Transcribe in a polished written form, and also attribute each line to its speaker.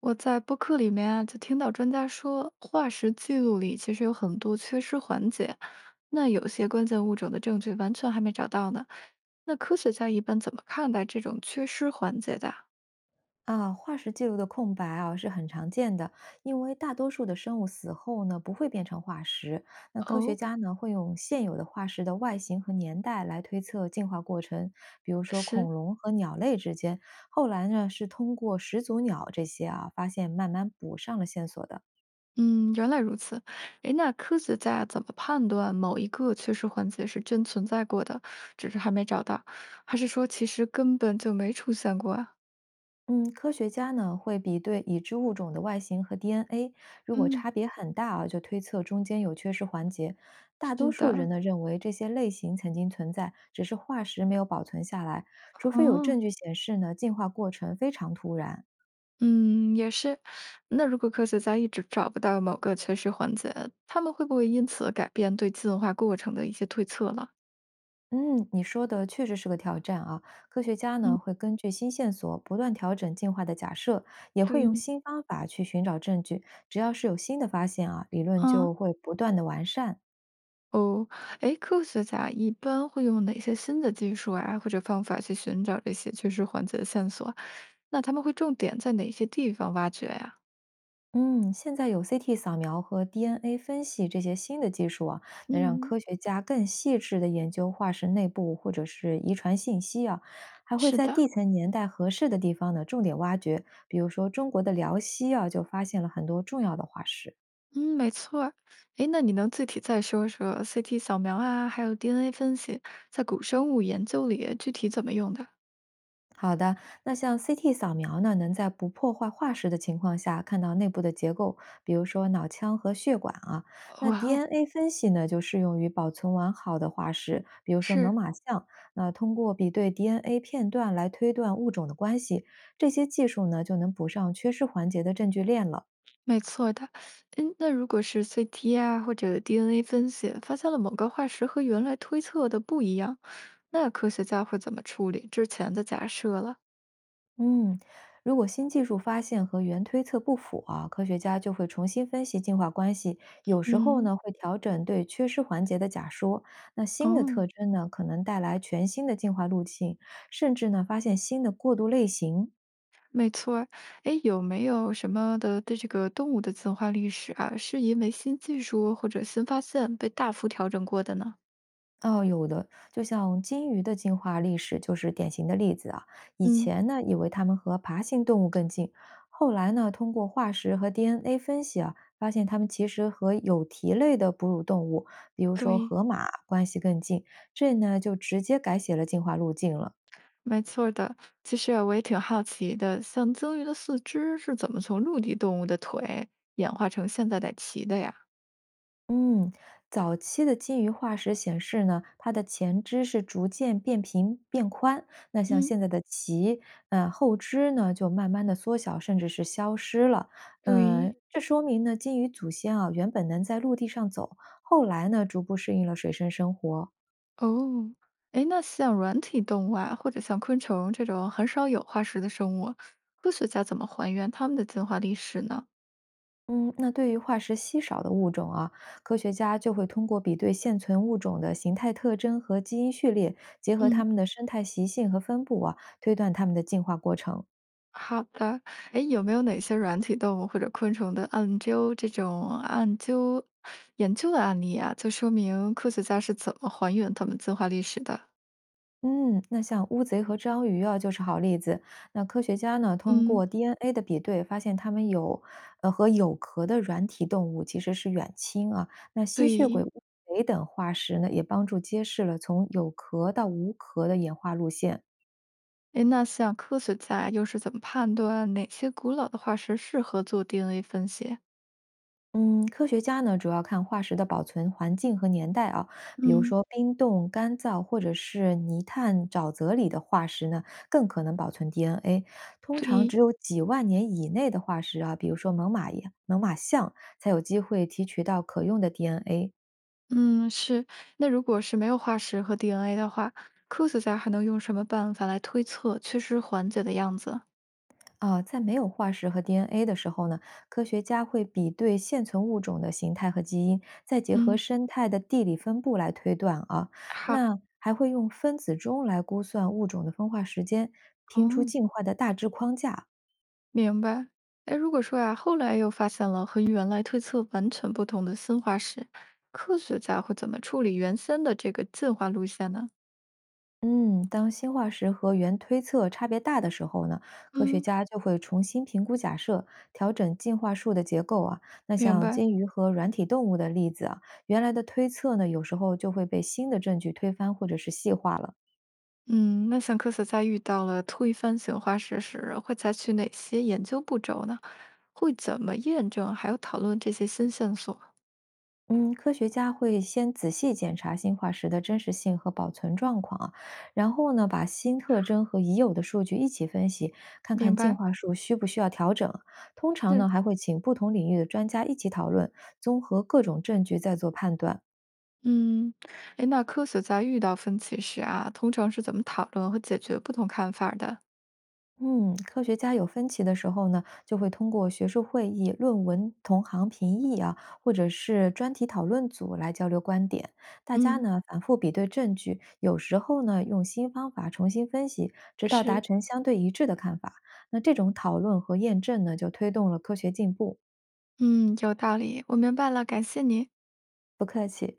Speaker 1: 我在播客里面啊，就听到专家说，化石记录里其实有很多缺失环节，那有些关键物种的证据完全还没找到呢。那科学家一般怎么看待这种缺失环节的啊？
Speaker 2: 啊，化石记录的空白啊是很常见的，因为大多数的生物死后呢不会变成化石。那科学
Speaker 1: 哦，
Speaker 2: 家呢会用现有的化石的外形和年代来推测进化过程，比如说
Speaker 1: 是，
Speaker 2: 恐龙和鸟类之间，后来呢是通过始祖鸟这些啊发现慢慢补上了线索的。
Speaker 1: 嗯，原来如此。诶，那科学家怎么判断某一个缺失环节是真存在过的，只是还没找到，还是说其实根本就没出现过啊？
Speaker 2: 嗯，科学家呢会比对已知物种的外形和 DNA，如果
Speaker 1: 嗯，
Speaker 2: 差别很大啊，就推测中间有缺失环节。大多
Speaker 1: 是
Speaker 2: 数人
Speaker 1: 的。
Speaker 2: 呢认为这些类型曾经存在，只是化石没有保存下来，除非有证
Speaker 1: 哦，
Speaker 2: 据显示呢进化过程非常突然。
Speaker 1: 嗯，也是。那如果科学家一直找不到某个缺失环节，他们会不会因此改变对进化过程的一些推测了？
Speaker 2: 嗯，你说的确实是个挑战啊。科学家呢
Speaker 1: 嗯，
Speaker 2: 会根据新线索不断调整进化的假设，也会
Speaker 1: 对，
Speaker 2: 用新方法去寻找证据。只要是有新的发现啊，理论
Speaker 1: 啊，
Speaker 2: 就会不断的完善。
Speaker 1: 哦，哎，科学家一般会用哪些新的技术啊，或者方法去寻找这些缺失环节的线索？那他们会重点在哪些地方挖掘呀？
Speaker 2: 嗯，现在有 CT 扫描和 DNA 分析这些新的技术啊，能让
Speaker 1: 嗯，
Speaker 2: 科学家更细致地研究化石内部或者是遗传信息啊，还会
Speaker 1: 是
Speaker 2: 在
Speaker 1: 的，
Speaker 2: 地层年代合适的地方呢重点挖掘，比如说中国的辽西啊，就发现了很多重要的化石。
Speaker 1: 嗯，没错儿。哎，那你能具体再说说 CT 扫描啊，还有 DNA 分析在古生物研究里具体怎么用的？
Speaker 2: 好的，那像 CT 扫描呢，能在不破坏化石的情况下看到内部的结构，比如说脑腔和血管啊。那
Speaker 1: 哇哦，
Speaker 2: DNA 分析呢，就适用于保存完好的化石，比如说猛
Speaker 1: 是，
Speaker 2: 犸象。那通过比对 DNA 片段来推断物种的关系，这些技术呢，就能补上缺失环节的证据链了。
Speaker 1: 没错的。嗯，那如果是 CT 啊，或者 DNA 分析，发现了某个化石和原来推测的不一样，那科学家会怎么处理之前的假设了？
Speaker 2: 嗯，如果新技术发现和原推测不符啊，科学家就会重新分析进化关系，有时候
Speaker 1: 嗯，
Speaker 2: 呢会调整对缺失环节的假说。那新的
Speaker 1: 哦，
Speaker 2: 特征呢，可能带来全新的进化路径，甚至呢发现新的过渡类型。
Speaker 1: 没错儿。哎，有没有什么的对这个动物的进化历史啊，是因为新技术或者新发现被大幅调整过的呢？
Speaker 2: 哦，有的，就像金鱼的进化历史就是典型的例子啊。以
Speaker 1: 嗯，
Speaker 2: 前呢，以为它们和爬行动物更近，后来呢，通过化石和 DNA 分析啊，发现它们其实和有蹄类的哺乳动物，比如说
Speaker 1: 对，
Speaker 2: 河马，关系更近。这呢，就直接改写了进化路径了。
Speaker 1: 没错儿的。其实啊我也挺好奇的，像鲸鱼的四肢是怎么从陆地动物的腿演化成现在的鳍的呀？
Speaker 2: 嗯，早期的鲸鱼化石显示呢，它的前肢是逐渐变平变宽，那像
Speaker 1: 嗯，
Speaker 2: 现在的鳍，后肢呢就慢慢的缩小，甚至是消失了。
Speaker 1: 对，
Speaker 2: 这说明呢，鲸鱼祖先啊原本能在陆地上走，后来呢逐步适应了水生生活。
Speaker 1: 哦，哎，那像软体动物啊，或者像昆虫这种很少有化石的生物，科学家怎么还原它们的进化历史呢？
Speaker 2: 嗯，那对于化石稀少的物种啊，科学家就会通过比对现存物种的形态特征和基因序列，结合它
Speaker 1: 嗯，
Speaker 2: 们的生态习性和分布啊，推断它们的进化过程。
Speaker 1: 好的，哎，有没有哪些软体动物或者昆虫的暗究这种暗究研究的案例啊，就说明科学家是怎么还原它们进化历史的？
Speaker 2: 嗯，那像乌贼和章鱼啊，就是好例子。那科学家呢，通
Speaker 1: 嗯，
Speaker 2: 过 DNA 的比对，发现它们有，和有壳的软体动物其实是远亲啊。那吸血鬼、乌
Speaker 1: 对。
Speaker 2: 贼等化石呢，也帮助揭示了从有壳到无壳的演化路线。
Speaker 1: 哎，那像科学家又是怎么判断哪些古老的化石适合做 DNA 分析？
Speaker 2: 嗯，科学家呢主要看化石的保存环境和年代啊，比如
Speaker 1: 嗯，
Speaker 2: 说冰冻、干燥或者是泥炭、沼泽里的化石呢，更可能保存 DNA。通常
Speaker 1: 对。
Speaker 2: 只有几万年以内的化石啊，比如说猛犸象，才有机会提取到可用的 DNA。
Speaker 1: 嗯，是。那如果是没有化石和 DNA 的话，科学家还能用什么办法来推测缺失环节的样子？
Speaker 2: 啊，在没有化石和 DNA 的时候呢，科学家会比对现存物种的形态和基因，再结合
Speaker 1: 嗯，
Speaker 2: 生态的地理分布来推断啊。
Speaker 1: 好，
Speaker 2: 那还会用分子钟来估算物种的分化时间，拼出
Speaker 1: 嗯，
Speaker 2: 进化的大致框架。
Speaker 1: 明白。哎，如果说呀，后来又发现了和原来推测完全不同的新化石，科学家会怎么处理原先的这个进化路线呢？
Speaker 2: 嗯，当新化石和原推测差别大的时候呢，科学
Speaker 1: 嗯，
Speaker 2: 家就会重新评估假设，调整进化树的结构啊。那
Speaker 1: 明
Speaker 2: 像
Speaker 1: 白。
Speaker 2: 金鱼和软体动物的例子啊，原来的推测呢，有时候就会被新的证据推翻或者是细化了。
Speaker 1: 嗯，那像科学家遇到了推翻型化石时，会采取哪些研究步骤呢？会怎么验证还有讨论这些新线索？
Speaker 2: 嗯，科学家会先仔细检查新化石的真实性和保存状况啊，然后呢，把新特征和已有的数据一起分析，看看
Speaker 1: 明
Speaker 2: 进
Speaker 1: 白。
Speaker 2: 化树需不需要调整。通常
Speaker 1: 是
Speaker 2: 呢，还会请不同领域的专家一起讨论，综合各种证据再做判断。
Speaker 1: 嗯，诶，那科学家遇到分歧时啊，通常是怎么讨论和解决不同看法儿的？
Speaker 2: 嗯，科学家有分歧的时候呢，就会通过学术会议、论文同行评议啊，或者是专题讨论组来交流观点。大家
Speaker 1: 嗯，
Speaker 2: 呢反复比对证据，有时候呢用新方法重新分析，直到达
Speaker 1: 是，
Speaker 2: 成相对一致的看法。那这种讨论和验证呢，就推动了科学进步。
Speaker 1: 嗯，有道理，我明白了，感谢您。
Speaker 2: 不客气。